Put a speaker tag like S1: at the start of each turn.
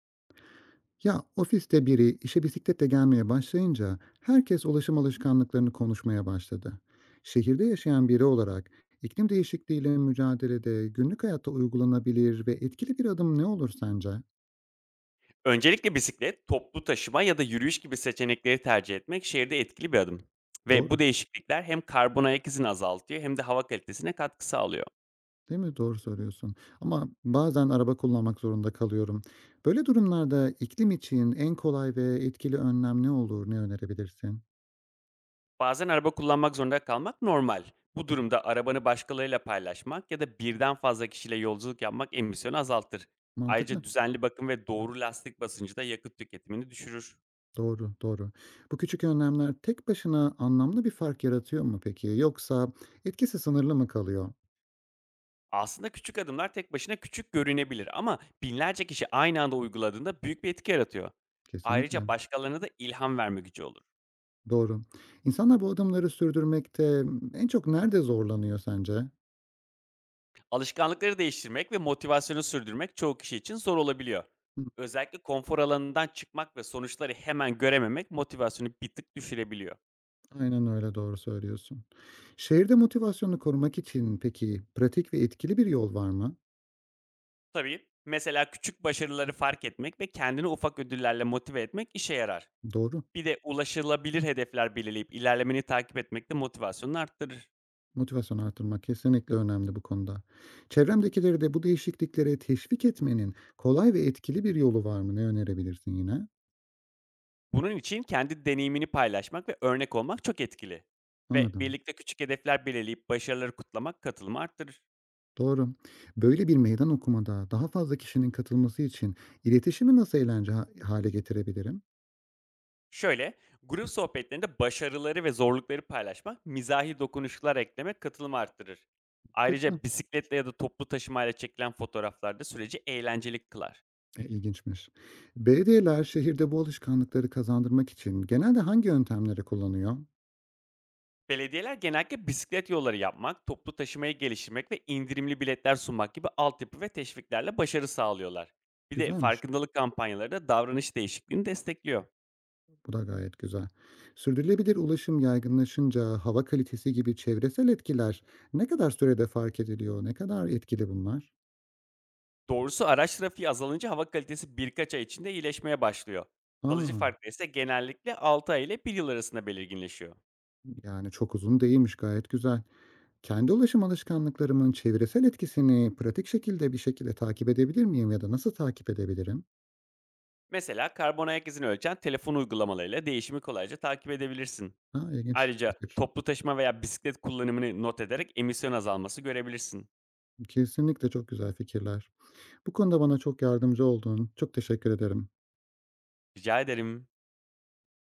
S1: Ya ofiste biri işe bisikletle gelmeye başlayınca herkes ulaşım alışkanlıklarını konuşmaya başladı. Şehirde yaşayan biri olarak iklim değişikliğiyle mücadelede günlük hayatta uygulanabilir ve etkili bir adım ne olur sence?
S2: Öncelikle bisiklet, toplu taşıma ya da yürüyüş gibi seçenekleri tercih etmek şehirde etkili bir adım. Ve
S1: Doğru,
S2: bu değişiklikler hem karbon ayak izini azaltıyor hem de hava kalitesine katkı sağlıyor.
S1: değil mi? Doğru söylüyorsun. Ama bazen araba kullanmak zorunda kalıyorum. Böyle durumlarda iklim için en kolay ve etkili önlem ne olur, ne önerebilirsin?
S2: Bazen araba kullanmak zorunda kalmak normal. Bu durumda arabanı başkalarıyla paylaşmak ya da birden fazla kişiyle yolculuk yapmak emisyonu azaltır. Ayrıca
S1: Mantıklı.
S2: düzenli bakım ve doğru lastik basıncı da yakıt tüketimini düşürür.
S1: Doğru, doğru. Bu küçük önlemler tek başına anlamlı bir fark yaratıyor mu peki? Yoksa etkisi sınırlı mı kalıyor?
S2: Aslında küçük adımlar tek başına küçük görünebilir, ama binlerce kişi aynı anda uyguladığında büyük bir etki yaratıyor. Ayrıca
S1: Kesinlikle.
S2: başkalarına da ilham verme gücü olur.
S1: Doğru. İnsanlar bu adımları sürdürmekte en çok nerede zorlanıyor sence?
S2: Alışkanlıkları değiştirmek ve motivasyonu sürdürmek çoğu kişi için zor olabiliyor.
S1: Hı.
S2: Özellikle konfor alanından çıkmak ve sonuçları hemen görememek motivasyonu bir tık düşürebiliyor.
S1: Aynen öyle, doğru söylüyorsun. Şehirde motivasyonu korumak için peki pratik ve etkili bir yol var mı?
S2: Tabii, mesela küçük başarıları fark etmek ve kendini ufak ödüllerle motive etmek işe yarar.
S1: Doğru.
S2: Bir de ulaşılabilir hedefler belirleyip ilerlemeni takip etmek de motivasyonunu arttırır.
S1: Motivasyonu artırmak kesinlikle önemli bu konuda. Çevremdekileri de bu değişikliklere teşvik etmenin kolay ve etkili bir yolu var mı? Ne önerebilirsin yine?
S2: Bunun için kendi deneyimini paylaşmak ve örnek olmak çok etkili. Ve
S1: Anladım.
S2: birlikte küçük hedefler belirleyip başarıları kutlamak katılımı arttırır.
S1: Doğru. Böyle bir meydan okumada daha fazla kişinin katılması için iletişimi nasıl eğlence hale getirebilirim?
S2: Şöyle, grup sohbetlerinde başarıları ve zorlukları paylaşmak, mizahi dokunuşlar eklemek katılımı arttırır.
S1: Takma.
S2: Ayrıca bisikletle ya da toplu taşımayla çekilen fotoğraflar da süreci eğlenceli kılar.
S1: İlginçmiş. Belediyeler şehirde bu alışkanlıkları kazandırmak için genelde hangi yöntemleri kullanıyor?
S2: Belediyeler genellikle bisiklet yolları yapmak, toplu taşımayı geliştirmek ve indirimli biletler sunmak gibi altyapı ve teşviklerle başarı sağlıyorlar. Bir de
S1: Güzelmiş.
S2: farkındalık kampanyaları da davranış değişikliğini destekliyor.
S1: Bu da gayet güzel. Sürdürülebilir ulaşım yaygınlaşınca hava kalitesi gibi çevresel etkiler ne kadar sürede fark ediliyor? Ne kadar etkili bunlar?
S2: Doğrusu, araç trafiği azalınca hava kalitesi birkaç ay içinde iyileşmeye başlıyor. Kalıcı
S1: Aa,
S2: farklar ise genellikle 6 ay ile bir yıl arasında belirginleşiyor.
S1: yani çok uzun değilmiş. Gayet güzel. Kendi ulaşım alışkanlıklarımın çevresel etkisini pratik şekilde bir şekilde takip edebilir miyim ya da nasıl takip edebilirim?
S2: Mesela karbon ayak izini ölçen telefon uygulamalarıyla değişimi kolayca takip edebilirsin.
S1: Ha, ilginç
S2: Ayrıca
S1: fikir.
S2: toplu taşıma veya bisiklet kullanımını not ederek emisyon azalması görebilirsin.
S1: Kesinlikle çok güzel fikirler. Bu konuda bana çok yardımcı oldun. Çok teşekkür ederim.
S2: Rica ederim.